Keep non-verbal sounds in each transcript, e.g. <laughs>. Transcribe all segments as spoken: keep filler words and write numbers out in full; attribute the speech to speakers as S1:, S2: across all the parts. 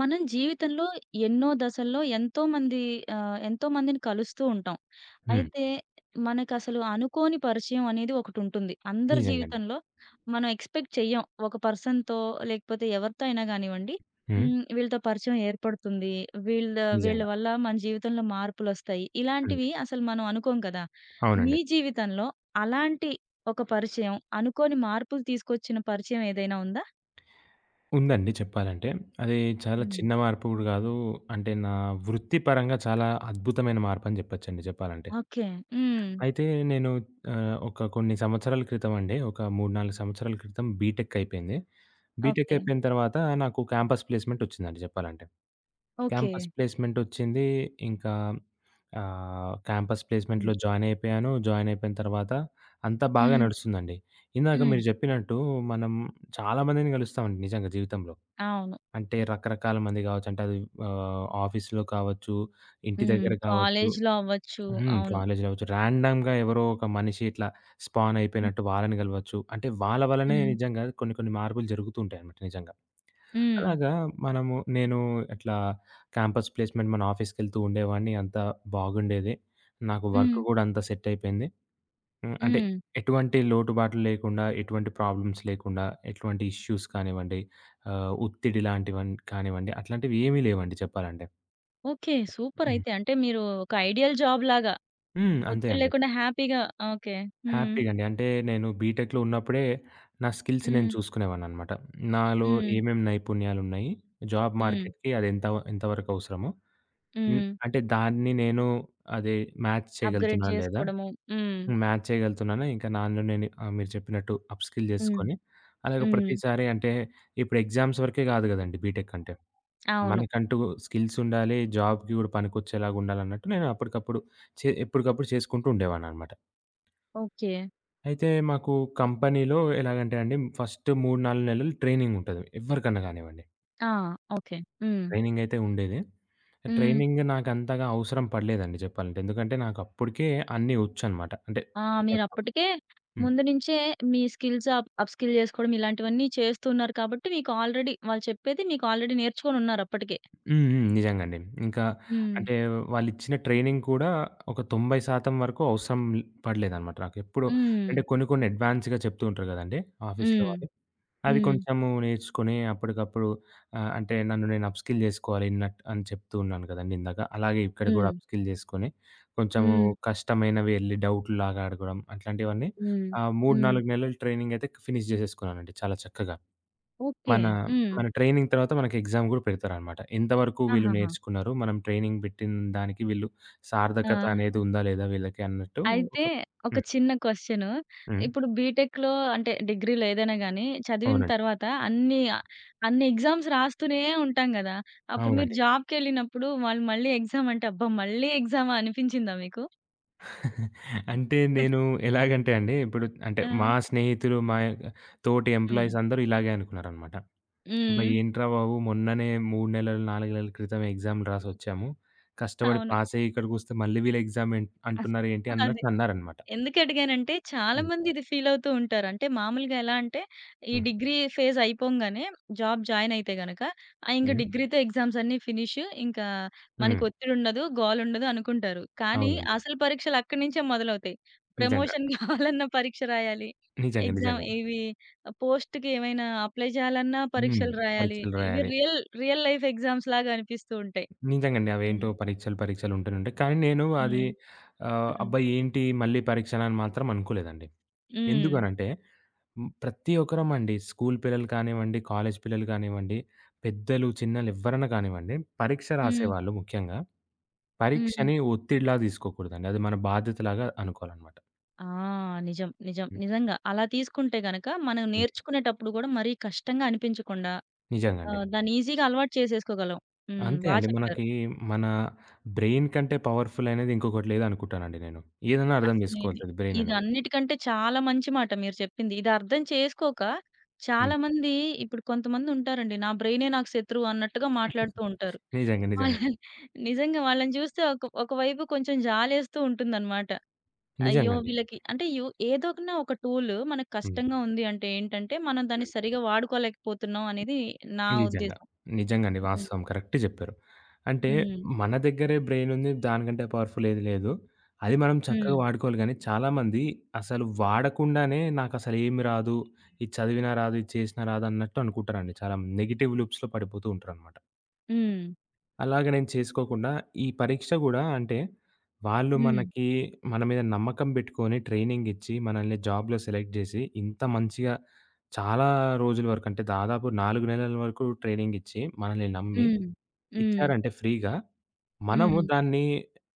S1: మనం జీవితంలో ఎన్నో దశల్లో ఎంతోమంది ఆహ్, ఎంతోమందిని కలుస్తూ ఉంటాం.
S2: హ్మ్.
S1: అయితే మనకసలు అనుకోని పరిచయం అనేది ఒకటుంటుంది అందరి
S2: నిజంగండి.
S1: జీవితంలో. మనం ఎక్స్‌పెక్ట్ చెయ్యం ఒక పర్సన్‌తో, లేకపోతే ఎవరితో అయినా గానివ్వండి,
S2: హ్మ్.
S1: హ్మ్. వీళ్ళతో పరిచయం ఏర్పడుతుంది. వీళ్ళ వీళ్ళ
S2: నిజంగా.
S1: వల్ల మన జీవితంలో మార్పులొస్తాయి.
S2: హ్మ్.
S1: ఇలాంటివి అసలు మనం అనుకోం కదా! మీ
S2: అవునండి.
S1: జీవితంలో అలాంటి ఒక పరిచయం, అనుకోని మార్పులు తీసుకొచ్చిన పరిచయం ఏదైనా ఉందా?
S2: ఉందండి చెప్పాలంటే. అది చాలా
S1: హ్మ్.
S2: చిన్న మార్పు గూడా గాదు. అంటే నా వృత్తిపరంగా చాలా అద్భుతమైన మార్పని జెప్పొచ్చండి జెప్పాలంటే.
S1: ఓకే. హ్మ్.
S2: అయితే నేను ఆహ్, ఒక కొన్ని సంవత్సరాల క్రితం అండి, ఒక మూడు, నాలుగు సంవత్సరాల క్రితం బీటెక్ అయిపోయింది. BTech
S1: okay.
S2: అయిపోయిన తర్వాత నాకు క్యాంపస్ ప్లేస్‌మెంట్ ఒచ్చిందండి జెప్పాలంటే.
S1: ఓకే.
S2: క్యాంపస్ ప్లేస్‌మెంటొచ్చింది. ఇంకా ఆహ్, క్యాంపస్
S1: హ్మ్.
S2: ప్లేస్‌మెంట్‌లో జాయినయిపోయాను. జాయినయిపోయిన తర్వాత అంతా బాగా
S1: హ్మ్.
S2: నడుస్తుందండి. ఇందాక మీరు
S1: హ్మ్.
S2: చెప్పినట్టు మనం చాలా మందిని కలుస్తామండి నిజంగా జీవితంలో.
S1: అవును.
S2: అంటే రకరకాల మంది కావచ్చు. అంటే అది ఆహ్, ఆఫీస్‌లో కావచ్చు, ఇంటి
S1: హ్మ్.
S2: దగ్గర కావచ్చు,
S1: కాలేజ్‌లో అవ్వచ్చు.
S2: హ్మ్,
S1: అవును.
S2: కాలేజ్‌లో కావచ్చు. ర్యాండమ్‌గా ఎవరో ఒక మనిషి ఇట్లా
S1: హ్మ్.
S2: స్పానయిపోయినట్టు వాళ్ళని కలవచ్చు. అంటే వాళ్ళ వల్లనే
S1: హ్మ్.
S2: నిజంగా కొన్ని కొన్ని మార్పులు జరుగుతూ ఉంటాయన్నమాట నిజంగా.
S1: హ్మ్.
S2: అలాగా మనము నేను ఇట్లా క్యాంపస్ ప్లేస్‌మెంట్ మన ఆఫీస్‌కెళ్తూ ఉండేవాడిని. అంతా బాగుండేది. నాకు వర్క్
S1: హ్మ్.
S2: గూడా అంతా సెట్ అయిపోయింది. హ్మ్. అంటే
S1: హ్మ్.
S2: ఎటువంటి లోటుబాట్లు లేకుండా, ఎటువంటి ప్రాబ్లమ్స్ లేకుండా, ఎటువంటి ఇష్యూస్ కానివ్వండి, ఆహ్, ఒత్తిడి లాంటివన్ కానివ్వండి, అట్లాంటివి ఏమీ లేవండి చెప్పాలంటే.
S1: ఓకే, సూపర్
S2: హ్మ్.
S1: అయితే. అంటే మీరు ఒక ఐడియల్ జాబ్ లాగా
S2: హ్మ్. అంతే
S1: ఒత్తిడి
S2: అండి.
S1: లేకుండా హ్యాపీగా. ఓకే. హ్మ్.
S2: హ్యాపీగా అండి. అంటే నేను బీటెక్‌లో ఉన్నప్పుడే నా స్కిల్స్ నేను
S1: హ్మ్.
S2: చూసుకునేవాడిననమాట. నాలో
S1: హ్మ్.
S2: ఏమేం నైపుణ్యాలున్నాయి, జాబ్
S1: హ్మ్.
S2: మార్కెట్‌కి అది ఎంత ఎంతవరకు అవసరమో హ్మ్,
S1: హ్మ్.
S2: అంటే దాన్ని నేను అదే మ్యాచ్
S1: అప్‌గ్రేడ్
S2: చేయగలుగుతున్నానా లేదా?
S1: చేసుకోవడము. హ్మ్.
S2: మ్యాచ్ చేయగలుగుతున్నానా? ఇంకా నన్ను నేను ఆహ్, మీరు చెప్పినట్టు అప్ స్కిల్
S1: హ్మ్.
S2: చేసుకొని, అలాగే
S1: హ్మ్.
S2: ప్రతిసారి అంటే ఇప్పుడు ఎగ్జామ్స్ వరకే కాదు గదండీ బీటెక్ అంటే.
S1: అవును.
S2: మనకంటూ స్కిల్స్ ఉండాలి. జాబ్‌కి గూడా పనికొచ్చేలాగా ఉండాలన్నట్టు నేను అప్పటికప్పుడు చే ఎప్పటికప్పుడు చేసుకుంటూ ఉండేవాడినన్నమాట.
S1: ఓకే.
S2: అయితే మాకు కంపెనీలో ఎలాగంటే అండి ఫస్ట్ మూడు, నాలుగు నెలలు ట్రైనింగ్ ఉంటది. ఎవరికన్నా గానివ్వండి.
S1: ఆ! ఓకే. హ్మ్.
S2: ట్రైనింగయితే ఉండేది.
S1: హ్మ్.
S2: ట్రైనింగ్ నాకంతగా అవసరం పడలేదండి చెప్పాలంటే. ఎందుకంటే నాకప్పటికే అన్నీ ఒచ్చనమాట. అంటే
S1: ఆ!
S2: ఒక
S1: మీరప్పటికే
S2: హ్మ్.
S1: ముందు నుంచే మీ స్కిల్స్ అప్ అప్‌స్కిల్ జేసుకోవడం ఇలాంటివన్నీ చేస్తున్నారు కాబట్టి, మీకు ఆల్రెడీ వాళ్ళు చెప్పేది మీకు ఆల్రెడీ నేర్చుకొనున్నారు అప్పటికే.
S2: హ్మ్. హ్మ్. నిజంగా అండి. ఇంకా
S1: హ్మ్.
S2: అంటే వాళ్ళిచ్చిన ట్రైనింగ్ కూడా ఒక తొంభై శాతం వరకు అవసరం పడలేదనమాట నాకు. ఎప్పుడు
S1: హ్మ్.
S2: అంటే కొన్ని కొన్ని అడ్వాన్స్‌గా చెప్తూ ఉంటారు గదండీ ఆఫీస్‌లో
S1: హ్మ్.
S2: వాళ్ళు. అవి
S1: హ్మ్.
S2: కొంచెము నేర్చుకొని అప్పటికప్పుడు ఆహ్, అంటే నన్ను నేను అప్‌స్కిల్ జేసుకోవాలి నట్ అని చెప్తూ ఉన్నాను గదండీ ఇందాక. అలాగే ఇక్కడ గూడా
S1: హ్మ్.
S2: అప్‌స్కిల్ జేసుకొని కొంచెము
S1: హ్మ్.
S2: కష్టమైనవి ఎళ్లి డౌట్‌లాగా అడగడం అట్లాంటివన్నీ
S1: హ్మ్.
S2: ఆహ్, మూడు,
S1: హ్మ్.
S2: నాలుగు నెలల ట్రైనింగ్ అయితే ఫినిష్ జేసేసుకున్నానండి చాలా చక్కగా.
S1: ఓకే.
S2: మన
S1: హ్మ్.
S2: మన ట్రైనింగ్ తర్వాత మనకి ఎగ్జామ్ గూడా పెడతారనమాట. ఎంతవరకు వీళ్ళు
S1: ఆహాహా!
S2: నేర్చుకున్నారు, మనం ట్రైనింగ్ పెట్టిన దానికి వీళ్ళు
S1: ఆ!
S2: సార్థకత అనేది ఉందా లేదా వీళ్ళకి అన్నట్టు ఒక
S1: అయితే ఒక
S2: హ్మ్.
S1: చిన్న క్వెషను.
S2: హ్మ్.
S1: ఇప్పుడు బీటెక్‌లో, అంటే డిగ్రీలో ఏదైనా గాని చదివిన
S2: అవునండి.
S1: తర్వాత అన్ని అన్ని ఎగ్జామ్స్ రాస్తూనే ఉంటాం గదా! అప్పుడు మీరు
S2: అవునండి.
S1: జాబ్‌కెళ్ళినప్పుడు వాళ్ళు మళ్ళీ ఎగ్జామ్ అంటే, అబ్బా! మళ్ళీ ఎగ్జామా అనిపించిందా మీకు?
S2: అంటే నేను
S1: <laughs>
S2: ఎలాగంటే అండి, ఇప్పుడు అంటే
S1: ఆ!
S2: మా స్నేహితులు, మా తోటి
S1: హ్మ్.
S2: ఎంప్లాయీస్ అందరూ ఇలాగే అనుకున్నారనమాట. "అబ్బా!
S1: హ్మ్.
S2: ఏంట్రా బాబు మొన్ననే మూడు నెలలు, నాలుగు నెలల క్రితమే ఎగ్జామ్‌లు రాసొచ్చాము. కష్టపడి
S1: అవును.
S2: పాసయ్యి ఇక్కడికొస్తే మళ్ళీ వీళ్ళు ఎగ్జామ్ ఎన్
S1: <laughs>
S2: అంటున్నారు ఏంటి?"
S1: అదే.
S2: అన్నట్టు అన్నారనమాట.
S1: ఎందుకడిగానంటే, చాలా
S2: హ్మ్.
S1: మంది ఇది ఫీలవుతూ ఉంటారు. అంటే మామూలుగా ఎలా అంటే, ఈ
S2: హ్మ్.
S1: డిగ్రీ ఫేజ్ అయిపోంగానే జాబ్ జాయినయితే గనక, ఆ! ఇంక
S2: హ్మ్.
S1: డిగ్రీతో ఎగ్జామ్స్ అన్నీ ఫినిష్, ఇంకా
S2: హ్మ్.
S1: మనకొత్తిడుండదు, గోలుండదు అనుకుంటారు. కానీ
S2: అవునండి.
S1: అసలు పరీక్షలక్కడి నుంచే మొదలవుతాయి.
S2: నిజంగా.
S1: ప్రమోషన్ <laughs> కావాలన్నా పరీక్ష రాయాలి.
S2: నిజంగా.
S1: ఎగ్జామ్
S2: నిజంగా.
S1: ఇవి పోస్ట్‌కి ఏమైనా అప్లై చేయాలన్నా
S2: హ్మ్.
S1: పరీక్షలు రాయాలి.
S2: పరీక్షలు
S1: ఇవి
S2: రాయాలి.
S1: రియల్ రియల్ లైఫ్ ఎగ్జామ్స్ లాగా అనిపిస్తూ ఉంటాయి.
S2: నిజంగండి.
S1: హ్మ్.
S2: అవేంటో పరీక్షలు, పరీక్షలు ఉంటూనే ఉంటాయి. కానీ నేను అది
S1: హ్మ్.
S2: ఆహ్,
S1: హ్మ్.
S2: అబ్బా, ఏంటి మళ్ళీ పరీక్షలని మాత్రం అనుకోలేదండి.
S1: హ్మ్.
S2: ఎందుకనంటే హ్మ్, ప్రతి ఒక్కరమండి. స్కూల్ పిల్లలు కానివ్వండి, కాలేజ్ పిల్లలు కానివ్వండి, పెద్దలు, చిన్నలు ఎవ్వరైనా కానివ్వండి, పరీక్ష
S1: హ్మ్.
S2: రాసేవాళ్ళు ముఖ్యంగా
S1: హ్మ్.
S2: పరీక్షని ఒత్తిడిలా తీసుకోకూడదండి. అది మన బాధ్యతలాగా అనుకోవాలనమాట.
S1: ఆ! నిజం. నిజం.
S2: హ్మ్.
S1: నిజంగా. అలా తీసుకుంటే గనక మనం
S2: హ్మ్.
S1: నేర్చుకునేటప్పుడు గూడా మరీ కష్టంగా అనిపించకుండా,
S2: నిజంగా అండి.
S1: ఆహ్, దాన్ని ఈజీగా అలవాటు చేసేసుకోగలం. హ్మ్.
S2: అంతే
S1: బా
S2: అండి.
S1: చెప్పారు.
S2: మనకి మన బ్రెయిన్ కంటే పవర్‌ఫుల్ అనేది ఇంకొకటి లేదనుకుంటానండి నేను. ఏదన్నా అర్థం
S1: అసలు ఇది
S2: చేసుకోగలుగుతది బ్రెయిన్ అనేది.
S1: ఇదన్నిటికంటే చాలా మంచి మాట మీరు చెప్పింది. ఇది అర్థం చేసుకోక చాలా
S2: హ్మ్.
S1: మంది, ఇప్పుడు కొంతమందుంటారండి, నా బ్రెయినే నాకు శత్రువు అన్నట్టుగా మాట్లాడుతూ ఉంటారు.
S2: నిజంగా. నిజంగా
S1: వాళ్ళని
S2: అండి.
S1: నిజంగా వాళ్ళని చూస్తే ఒక ఒకవైపు కొంచెం జాలేస్తూ ఉంటుందన్నమాట. అయ్యో!
S2: నిజంగా అండి.
S1: వీళ్ళకి అంటే, యు ఏదోకన ఒక టూల్ మనకు
S2: హ్మ్.
S1: కష్టంగా ఉంది అంటే ఏంటంటే, మనం దాన్ని
S2: హ్మ్.
S1: సరిగ్గా వాడుకోలేకపోతున్నాం అనేది నా
S2: నిజంగా.
S1: ఉద్దేశం.
S2: నిజంగండి.
S1: హ్మ్.
S2: వాస్తవం. కరెక్టే జెప్పారు. అంటే
S1: హ్మ్.
S2: మన దగ్గరే బ్రెయిన్ ఉంది. దానికంటే పవర్‌ఫుల్ ఏది లేదు. అది మనం చక్కగా
S1: హ్మ్.
S2: వాడుకోవాలి గానీ, చాలామంది అసలు వాడకుండానే నాకసలేమి రాదు. ఇది చదివినా రాదు, ఇది చేసినా రాదు అన్నట్టు అనుకుంటారండి. చాలా నెగెటివ్ లూప్స్‌లో పడిపోతూ ఉంటారనమాట.
S1: హ్మ్.
S2: అలాగ నేను చేసుకోకుండా, ఈ పరీక్ష గూడా అంటే, వాళ్ళు
S1: హ్మ్.
S2: మనకి మన మీద నమ్మకం బెట్టుకొని ట్రైనింగ్ ఇచ్చి, మనల్ని జాబ్‌లో సెలెక్ట్ జేసి, ఇంత మంచిగా చాలా రోజుల వరకు అంటే, దాదాపు నాలుగు నెలల వరకు ట్రైనింగ్ ఇచ్చి, మనల్ని నమ్మి
S1: హ్మ్. హ్మ్.
S2: ఇచ్చారంటే ఫ్రీగా, మనము
S1: హ్మ్.
S2: దాన్ని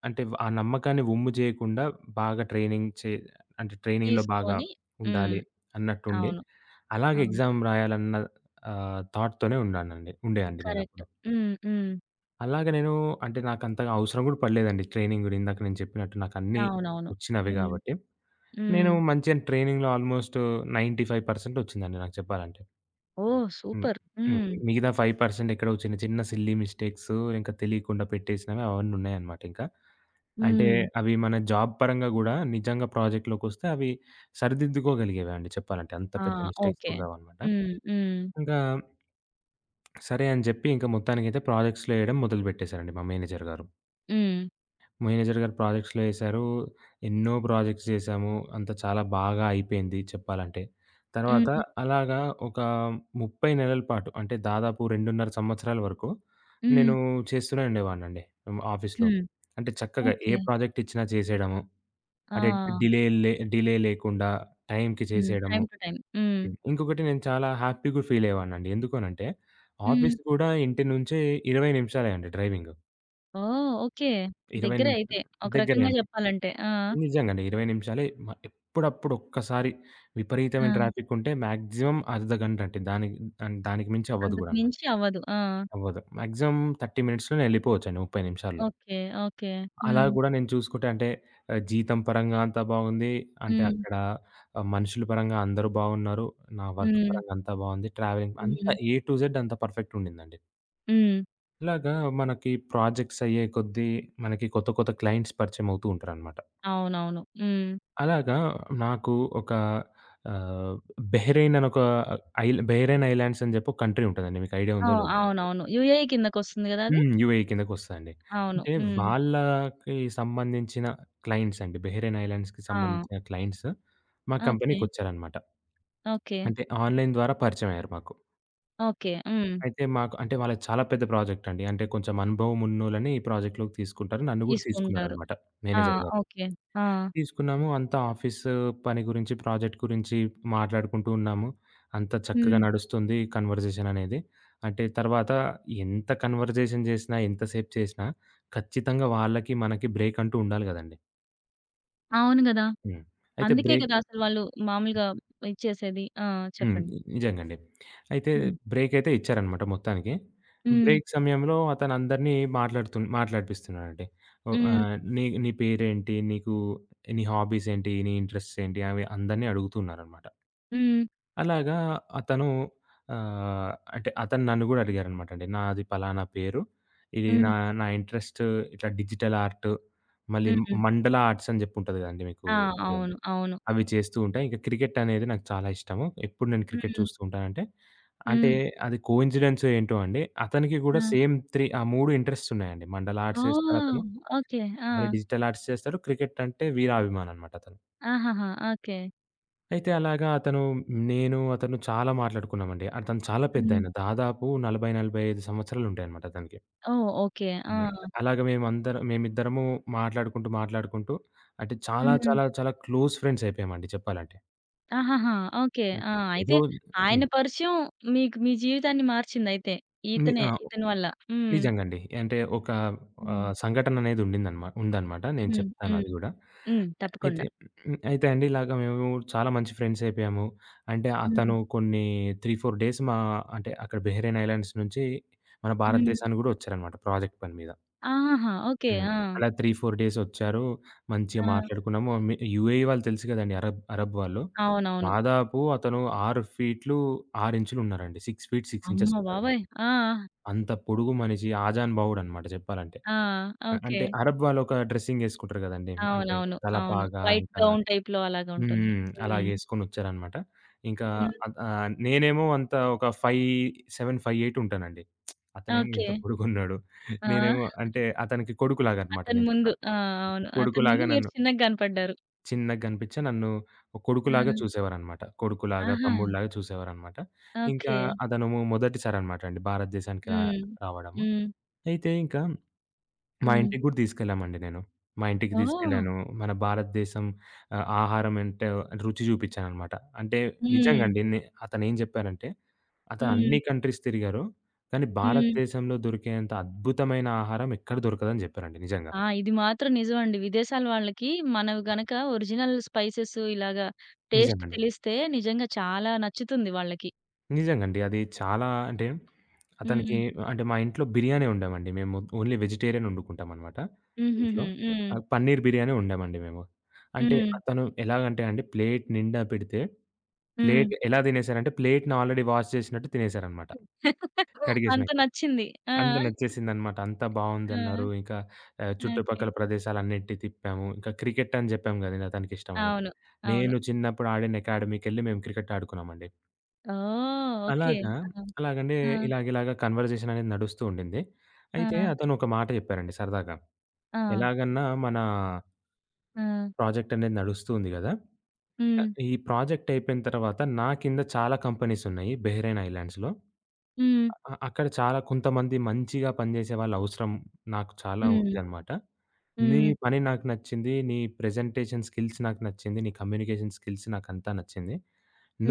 S2: అంటే, ఆ నమ్మకాన్ని ఒమ్ము జేయకుండా బాగా ట్రైనింగ్ చే అంటే ట్రైనింగ్‌లో బాగా
S1: తీసుకొని హ్మ్.
S2: ఉండాలి అన్నట్టుండి,
S1: అవును.
S2: అలాగే
S1: అవును.
S2: ఎగ్జామ్ రాయాలన్న ఆహ్, థాట్‌తోనే ఉన్నానండి. ఉండే అండి నేనప్పుడు.
S1: కరెక్ట్. హ్మ్. హ్మ్.
S2: అలాగ నేను అంటే నాకంతగా అవసరం గూడా పడలేదండి ట్రైనింగ్ గూడా. ఇందాక నేను చెప్పినట్టు నాకన్నీ
S1: అవునవును.
S2: వచ్చినవి
S1: హ్మ్.
S2: గాబట్టి. నేను
S1: హ్మ్.
S2: మంచిగానే ట్రైనింగ్‌లో ఆల్‌మోస్ట్ తొంభై ఐదు శాతం వచ్చిందండి నాకు చెప్పాలంటే.
S1: ఓహ్!
S2: హ్మ్.
S1: సూపర్.
S2: హ్మ్.
S1: హ్మ్.
S2: మిగతా ఐదు శాతం ఎక్కడో చిన్న చిన్న సిల్లీ మిస్టేక్స్ ఇంకా తెలియకుండా పెట్టేసినవి అవన్నీ ఉన్నాయన్నమాట ఇంకా. అంటే
S1: హ్మ్.
S2: అవి మన జాబ్ పరంగా గూడా నిజంగా ప్రాజెక్ట్‌లోకొస్తే అవి సరిదిద్దుకోగలిగేవండి చెప్పాలంటే. అంత
S1: ఆ!
S2: పెద్ద మిస్టేక్స్
S1: ఓకే.
S2: గూడా కావన్నమాట.
S1: హ్మ్. హ్మ్.
S2: ఇంకా సరే అని జెప్పి ఇంకా మొత్తానికైతే ప్రాజెక్ట్స్‌లో ఎయడం మొదలుపెట్టేసారండి మా మేనేజర్ గారు.
S1: హ్మ్.
S2: మేనేజర్ గారు ప్రాజెక్ట్స్‌లో ఏశారు. ఎన్నో ప్రాజెక్ట్స్ జేశాము. అంతా చాలా బాగా అయిపోయింది చెప్పాలంటే. తర్వాత
S1: హ్మ్.
S2: అలాగా ఒక ముప్పై నెలల పాటు అంటే దాదాపు రెండున్నర సంవత్సరాల వరకు
S1: హ్మ్.
S2: నేను చేస్తూనే ఉండేవాడినండి ఆఫీస్‌లో.
S1: హ్మ్.
S2: అంటే చక్కగా ఏ
S1: ఓకే.
S2: ప్రాజెక్ట్ ఇచ్చినా చేసేయడము. అంటే
S1: ఆ!
S2: డిలే లే డిలే లేకుండా టైంకి
S1: హ్మ్.
S2: చేసేయడము.
S1: Time to time. హ్మ్.
S2: హ్మ్. ఇంకొకటి నేను చాలా హ్యాపీగా ఫీల్ అయ్యేవాడినండి. ఎందుకు అనంటే
S1: హ్మ్.
S2: ఆఫీస్ కూడా ఇంటి నుంచే ఇరవై నిమిషాలే అండి డ్రైవింగు.
S1: ఓహ్! ఓకే.
S2: ఇరవై
S1: దగ్గరే
S2: నిమిషాలు
S1: అయితే, ఒక
S2: దగ్గరే
S1: రకంగా
S2: అండి.
S1: చెప్పాలంటే. ఆ!
S2: నిజంగండి. ఇరవై నిమిషాలే మ ఎప్పుడప్పుడు ఒక్కసారి విపరీతమైన
S1: ఆ!
S2: ట్రాఫికుంటే మాక్సిమం అర్ధ గంటండి. దానికి అన్ దానికి మించి అవ్వదు
S1: అంతకు
S2: గూడా అనమాట.
S1: మించి అవ్వదు. ఆ!
S2: అవ్వదు. మాక్సిమం ముప్పై మినిట్స్‌లోనే ఎళ్ళిపోవచ్చండి ముప్పై నిమిషాల్లో.
S1: ఓకే. ఓకే.
S2: అలా
S1: హ్మ్.
S2: గూడా నేను చూసుకుంటే అంటే ఆహ్, జీతం పరంగా అంతా బాగుంది. అంటే
S1: హ్మ్.
S2: అక్కడ ఆహ్, మనుషుల పరంగా అందరూ బాగున్నారు. నా వర్క్
S1: హ్మ్.
S2: పరంగా అంతా బాగుంది. ట్రావెలింగ్ అంతా
S1: హ్మ్.
S2: ఏ టు జెడ్ అంతా పర్ఫెక్ట్ ఉండిందండి.
S1: హ్మ్.
S2: ఇలాగా మనకి ప్రాజెక్ట్స్ అయ్యే కొద్దీ మనకి కొత్త కొత్త క్లయింట్స్ పరిచయం అవుతూ ఉంటారనమాట.
S1: అవునవును. హ్మ్.
S2: అలాగా నాకు ఒక ఆహ్, బెహ్రెయిన్ అని ఒక ఐల్ బెహ్రెయిన్ ఐలాండ్స్ అని చెప్పి ఒక కంట్రీ ఉంటదండి. మీకు ఐడియా ఉందో
S1: ఓహ్!
S2: లేదో?
S1: అవునవును. యూఏఈ కిందకొస్తుంది గదా అది?
S2: హ్మ్. యూఏఈ కిందకొస్తదండి.
S1: అవును.
S2: అంటే
S1: హ్మ్.
S2: వాళ్ళకి సంబంధించిన క్లయింట్స్ అండి. బెహ్రెయిన్ ఐలాండ్స్‌కి
S1: ఆ!
S2: సంబంధించిన క్లయింట్స్ మా
S1: ఓకే.
S2: కంపెనీకొచ్చారనమాట.
S1: ఓకే.
S2: అంటే ఆన్‌లైన్ ద్వారా పరిచయమయ్యారు మాకు.
S1: ఓకే. హ్మ్.
S2: అయితే మాకు అంటే వాళ్ళది చాలా పెద్ద ప్రాజెక్ట్ అండి. అంటే కొంచెం అనుభవం ఉన్నోళ్ళని ఈ ప్రాజెక్ట్‌లోకి తీసుకుంటారు. నన్ను గూడా
S1: తీసుకుంటారు.
S2: తీసుకున్నారనమాట
S1: ఆ!
S2: మేనేజర్‌గా.
S1: ఓకే. ఆ!
S2: తీసుకున్నాము. అంతా ఆఫీస్ పని గురించి, ప్రాజెక్ట్ గురించి మాట్లాడుకుంటూ ఉన్నాము. అంతా చక్కగా
S1: హ్మ్.
S2: నడుస్తుంది కన్వర్జేషన్ అనేది. అంటే తర్వాత ఎంత కన్వర్జేషన్ చేసినా, ఎంతసేపు చేసినా ఖచ్చితంగా వాళ్ళకి, మనకి బ్రేక్ అంటూ ఉండాలి గదండీ!
S1: అవును గదా!
S2: హ్మ్. అయితే
S1: అందుకే
S2: బ్రేక్,
S1: కదా అసలు వాళ్ళు మామూలుగా ఇచ్చేసేది. ఆ!
S2: హ్మ్,
S1: చెప్పండి.
S2: నిజంగండి. అయితే
S1: హ్మ్.
S2: బ్రేక్ అయితే ఇచ్చారనమాట మొత్తానికి.
S1: హ్మ్.
S2: బ్రేక్ సమయంలో అతను అందరిని మాట్లాడుతు మాట్లాడిపిస్తున్నాడండి. ఓహ్!
S1: హ్మ్.
S2: ఆహ్, నీ నీ పేరేంటి? నీకు నీ హాబీస్ ఏంటి? నీ ఇంట్రెస్ట్స్ ఏంటి? అవి అందరిని అడుగుతున్నారనమాట.
S1: హ్మ్.
S2: అలాగా అతను ఆహ్, అంటే అతను నన్ను గూడా అడిగారనమాట అండి. నాది పలానా పేరు. ఇది నా
S1: హ్మ్.
S2: నా ఇంట్రెస్ట్ ఇట్లా డిజిటల్ ఆర్ట్, మళ్ళీ
S1: హ్మ్.
S2: మండల ఆర్ట్స్ అని జెప్పి ఉంటది గదండీ మీకు
S1: ఆ!
S2: ఐడియా ఉందా?
S1: అవును. అవును.
S2: అవి చేస్తూ ఉంటా. ఇంకా క్రికెట్ అనేది నాకు చాలా ఇష్టము. ఎప్పుడు నేను క్రికెట్
S1: హ్మ్.
S2: చూస్తూ ఉంటానంటే, అంటే
S1: హ్మ్.
S2: అది కోయిన్సిడెన్స్ ఏంటో అండి. అతనికి గూడా
S1: ఆ!
S2: సేమ్ మూడు ఆ మూడు ఇంట్రెస్ట్స్ ఉన్నాయండి. మండల ఆర్ట్స్
S1: ఓహ్!
S2: చేస్తాడతను.
S1: ఓకే. ఆ!
S2: మళ్ళీ డిజిటల్ ఆర్ట్స్ చేస్తాడు. క్రికెట్ అంటే వీరాభిమాననమాట అతను.
S1: ఆహాహా! ఓకే.
S2: అయితే అలాగా అతను నేను, అతను చాలా మాట్లాడుకున్నామండి. అతను చాలా
S1: హ్మ్.
S2: పెద్దాయన. దాదాపు నలభై, నలభై ఐదు సంవత్సరాలుంటాయన్నమాట అతనికి.
S1: ఓహ్! ఓకే. ఆ!
S2: హ్మ్. అలాగే మేమందరం మేమిద్దరము మాట్లాడుకుంటూ, మాట్లాడుకుంటూ అంటే చాలా,
S1: హ్మ్.
S2: చాలా, చాలా క్లోజ్ ఫ్రెండ్స్ అయిపోయామండి చెప్పాలంటే.
S1: ఆహాహా! ఓకే.
S2: హ్మ్.
S1: ఆ!
S2: ఏదో
S1: అయితే ఆయన
S2: హ్మ్.
S1: పరిచయం మీకు మీ జీవితాన్ని మార్చిందయితే.
S2: మీ
S1: ఇతనే,
S2: ఆ!
S1: ఇతని వల్ల. హ్మ్.
S2: నిజంగండి. అంటే ఒక
S1: హ్మ్.
S2: ఆహ్, సంఘటననేది ఉండిందనమా ఉందనమాట. నేను
S1: హ్మ్.
S2: చెప్తాను
S1: హ్మ్.
S2: అది గూడా.
S1: హ్మ్.
S2: అయితే
S1: తప్పకుండా.
S2: హ్మ్, అయితే అండి ఇలాగ మేము చాలా మంచి ఫ్రెండ్స్ అయిపోయాము. అంటే
S1: హ్మ్.
S2: అతను కొన్ని మూడు, నాలుగు డేస్ మా అంటే అక్కడ బెహ్రెయిన్ ఐలాండ్స్ నుంచి మన
S1: హ్మ్.
S2: భారతదేశానికి గూడా వచ్చారనమాట ప్రాజెక్ట్ పని మీద.
S1: ఆహాహా! ఓకే.
S2: హ్మ్.
S1: ఆ!
S2: అలా మూడు, నాలుగు డేస్ వచ్చారు. మంచిగా
S1: ఆ!
S2: మాట్లాడుకున్నాము. మి యూఏఈ వాళ్ళు తెలుసు కదండీ! అరబ్ అరబ్ వాళ్ళు.
S1: అవునవును.
S2: దాదాపు అతను ఆరు ఫీట్లు ఆరు ఇంచులు ఉన్నారండి. ఆరు ఫీట్ ఆరు
S1: అమ్మ
S2: ఇంచెస్ ఉన్నారనమాట.
S1: బాబోయ్! ఆ!
S2: అంత పొడుగు మనిషి ఆజాన్ బాహుడనమాట చెప్పాలంటే.
S1: ఆ!
S2: ఆహ్,
S1: ఓకే.
S2: అంటే అరబ్ వాళ్ళొక డ్రెస్సింగేసుకుంటారు గదండీ! అంటే
S1: అవునవును. అవును.
S2: తలపాగా
S1: వైట్
S2: ఇంకా
S1: గౌన్ టైప్‌లో
S2: హ్మ్.
S1: అలాగుంటుంది.
S2: హ్మ్.
S1: హ్మ్.
S2: అలాగేసుకొనొచ్చారనమాట. ఇంకా
S1: హ్మ్.
S2: అద్ ఆహ్, నేనేమో అంత ఒక ఐదు'ఏడు", ఐదు'ఎనిమిది" ఉంటానండి. అతనేమో
S1: ఓకే.
S2: ఇంత పొడుగున్నాడు. నేనేమో
S1: ఆ!
S2: అంటే అతనికి కొడుకులాగనమాట
S1: అతని
S2: నేను
S1: ముందు.
S2: చెప్పాలి.
S1: ఆ! అవును, అతని
S2: కొడుకులాగా
S1: ముందు మీరు
S2: నన్ను
S1: చిన్నగా కనపడ్డారు.
S2: చిన్నగా గనిపించా నన్ను ఒక కొడుకులాగా
S1: ఆ!
S2: చూసేవారనమాట. కొడుకులాగా,
S1: ఆహా!
S2: తమ్ముడిలాగా చూసేవారనమాట. ఇంకా
S1: ఓకే.
S2: అతను మొదటిసారనమాట అండి భారతదేశానికి రా
S1: హ్మ్.
S2: రావడము.
S1: హ్మ్.
S2: అయితే ఇంకా మా
S1: హ్మ్.
S2: ఇంటికి గూడా తీసుకెళ్ళామండి నేను. మా ఇంటికి
S1: ఓహ్!
S2: తీసుకెళ్ళాను. మన భారతదేశం ఆహ్, ఆహారం అంటే రుచి చూపించాననమాట. అంటే
S1: హ్మ్.
S2: నిజంగండి నే అతనేం జెప్పారంటే, అతను
S1: హ్మ్.
S2: అన్ని కంట్రీస్ తిరిగారు. కానీ
S1: హ్మ్.
S2: భారతదేశంలో దొరికేంత అద్భుతమైన ఆహారం ఎక్కడ దొరకదని జెప్పారండి నిజంగా.
S1: ఆ! ఇది మాత్రం నిజమండి. విదేశాల వాళ్ళకి మనవి గనక ఒరిజినల్ స్పైసెస్ ఇలాగా టేస్ట్
S2: నిజంగండి.
S1: తెలిస్తే నిజంగా చాలా నచ్చుతుంది వాళ్ళకి.
S2: నిజంగండి. అది చాలా అంటే అతనికి
S1: హ్మ్.
S2: అంటే మా ఇంట్లో బిర్యానీ వండామండి మేము. ఓన్లీ వెజిటేరియన్ వండుకుంటామనమాట ఇంట్లో.
S1: హుహుహు. హ్మ్.
S2: ఆహ్, పన్నీర్ బిర్యానీ వండామండి మేము. అంటే
S1: హ్మ్.
S2: అతను ఎలాగంటే అండి ప్లేట్ నిండా పెడితే
S1: హ్మ్.
S2: ప్లేట్ ఎలా తినేసారంటే, ప్లేట్‌ని ఆల్రెడీ వాష్ చేసినట్టు తినేసారనమాట.
S1: <laughs> అంత
S2: కడిగేసినాక.
S1: నచ్చింది. ఆ!
S2: అంత నచ్చేసిందనమాట. అంతా బావుందన్నారు.
S1: ఆ!
S2: ఇంకా ఆహ్,
S1: ఓకే.
S2: చుట్టుపక్కల ప్రదేశాలన్నిటిని తిప్పాము. ఇంకా క్రికెట్ అని జెప్పాము గదండీ అతనికిష్టమని.
S1: అవును. అవును.
S2: నేను చిన్నప్పుడు ఆడిన అకాడమీకెళ్ళి మేము క్రికెట్ ఆడుకున్నామండి.
S1: ఓహ్! ఓకే.
S2: అలాగా
S1: ఆ!
S2: అలాగండి
S1: ఆ!
S2: ఇలాగిలాగ కన్వర్జేషన్ అనేది నడుస్తూ ఉండింది. అయితే
S1: ఆ!
S2: అతను ఒక మాట జెప్పారండి సరదాగా.
S1: ఆ!
S2: ఎలాగన్నా మన
S1: ఆ!
S2: ప్రాజెక్ట్ అనేది నడుస్తూ ఉంది గదా!
S1: హ్మ్.
S2: ఈ ప్రాజెక్ట్ అయిపోయిన తర్వాత నా కింద చాలా కంపెనీస్ ఉన్నాయి బెహ్రెయిన్ ఐలాండ్స్‌లో.
S1: హ్మ్.
S2: అ అక్కడ చాలా కొంతమంది మంచిగా పనిజేసే వాళ్ళవసరం నాకు చాలా
S1: హ్మ్.
S2: ఉందనమాట. నీ
S1: హ్మ్.
S2: పని నాకు నచ్చింది. నీ ప్రెజెంటేషన్ స్కిల్స్ నాకు నచ్చింది. నీ కమ్యూనికేషన్ స్కిల్స్ నాకంతా నచ్చింది.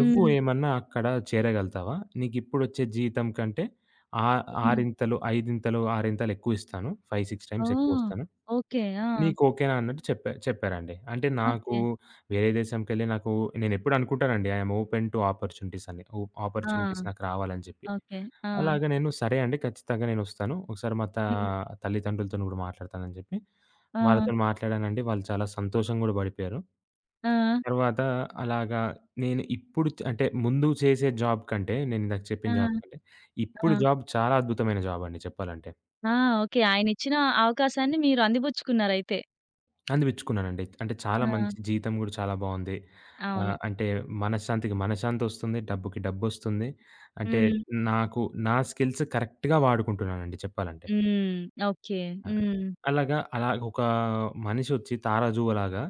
S2: నువ్వు ఏమన్నా అక్కడ చేరగలుగుతావా? నీకిప్పుడొచ్చే జీతం కంటే ఆ
S1: హ్మ్.
S2: ఆరింతలు, ఐదింతలు, ఆరింతలు ఎక్కువిస్తాను. ఐదు, ఆరు టైమ్స్
S1: ఓహ్!
S2: ఎక్కువిస్తాను.
S1: ఓకే. ఆ!
S2: నీకు ఓకేనా అన్నట్టు చెప్పా చెప్పారండి. అంటే నాకు
S1: ఓకే.
S2: వేరే దేశంకెళ్ళి నాకు నేనెప్పుడు అనుకుంటానండి I am open to opportunities అని. ఓ
S1: ఆ!
S2: ఆపర్చునిటీస్ నాకు రావాలని చెప్పి.
S1: ఓకే. ఆ!
S2: అలాగా నేను సరే అండి. ఖచ్చితంగా నేనొస్తాను. ఒకసారి మా తా
S1: హ్మ్.
S2: తల్లిదండ్రులతోని గూడా మాట్లాడతానని జెప్పి,
S1: ఆ!
S2: వాళ్ళతోని మాట్లాడానండి. వాళ్ళు చాలా సంతోషం గూడా పడిపోయారు.
S1: ఆ!
S2: తర్వాత అలాగా నేను ఇప్పుడు చ్ అంటే ముందు చేసే జాబ్ కంటే, నేనిందాక చెప్పిన
S1: ఆ!
S2: జాబ్ కంటే, ఇప్పుడు
S1: ఆ!
S2: జాబ్ చాలా అద్భుతమైన జాబ్ అండి చెప్పాలంటే.
S1: ఆ! ఓకే, ఆయనిచ్చిన అవకాశాన్ని మీరు అందిపుచ్చుకున్నారయితే.
S2: అందిపిచ్చుకున్నానండి. అంటే
S1: ఆ!
S2: చాలా మంచి జీతం గూడా చాలా బావుంది. ఆహ్,
S1: అవును.
S2: అంటే మనశ్శాంతికి మనశ్శాంతొస్తుంది. డబ్బుకి డబ్బొస్తుంది. అంటే
S1: హ్మ్.
S2: నాకు నా స్కిల్స్ కరెక్ట్‌గా వాడుకుంటున్నానండి చెప్పాలంటే.
S1: హ్మ్. ఓకే.
S2: ఆ!
S1: హ్మ్.
S2: అలాగా అలాగ ఒక మనిషొచ్చి 'తారాజువ్వ'లాగా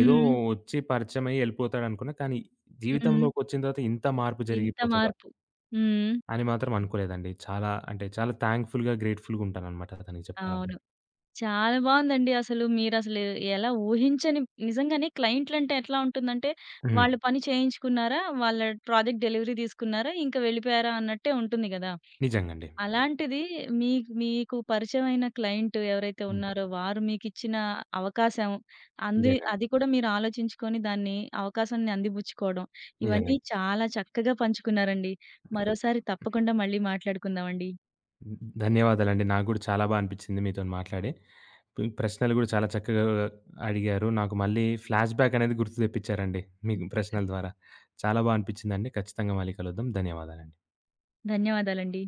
S2: ఏదో ఒచ్చి పరిచయమయ్యి ఎళ్ళిపోతాడనుకున్నా, కానీ
S1: హ్మ్.
S2: జీవితంలోకొచ్చిన తర్వాత ఇంత మార్పు
S1: ఇంత
S2: జరిగిపోతదా
S1: మార్పు. హ్మ్.
S2: అని మాత్రం అనుకోలేదండి. చాలా అంటే చాలా థాంక్‌ఫుల్‌గా, గ్రేట్‌ఫుల్‌గుంటాననమాట అతనికి చెప్పాలంటే.
S1: అవును. చాలా బావుందండి. అసలు మీరసలు ఎలా ఊహించని, నిజంగానే క్లయింట్లంటే ఎట్లా ఉంటుందంటే,
S2: హ్మ్.
S1: వాళ్ళు పని చేయించుకున్నారా, వాళ్ళ ప్రాజెక్ట్ డెలివరీ తీసుకున్నారా, ఇంక వెళ్ళిపోయారా అన్నట్టే ఉంటుంది గదా!
S2: నిజంగండి.
S1: అలాంటిది మీకు మీకు పరిచయమైన క్లయింట్ ఎవరైతే
S2: హ్మ్.
S1: ఉన్నారో, వారు మీకిచ్చిన అవకాశం, అంది
S2: నిజంగండి.
S1: అది కూడా మీరు ఆలోచించుకొని దాన్ని అవకాశాన్ని అందిపుచ్చుకోవడం, ఇవన్నీ
S2: నిజంగండి.
S1: చాలా చక్కగా పంచుకున్నారండి. మరోసారి తప్పకుండా మళ్ళీ మాట్లాడుకుందామండి.
S2: ధన్యవాదాలండి. నాకు గూడా చాలా బా అనిపిచ్చింది మీతోని మాట్లాడి. ప్ ప్రశ్నలు గూడా చాలా చక్కగా అడిగారు. నాకు మళ్ళీ ఫ్లాష్‌బ్యాక్ అనేది గుర్తు తెప్పిచ్చారండి మీ ప్రశ్నల ద్వారా. చాలా బా అనిపిచ్చిందండి. ఖచ్చితంగా మళ్ళీ కలుద్దాం. ధన్యవాదాలండి.
S1: ధన్యవాదాలండి.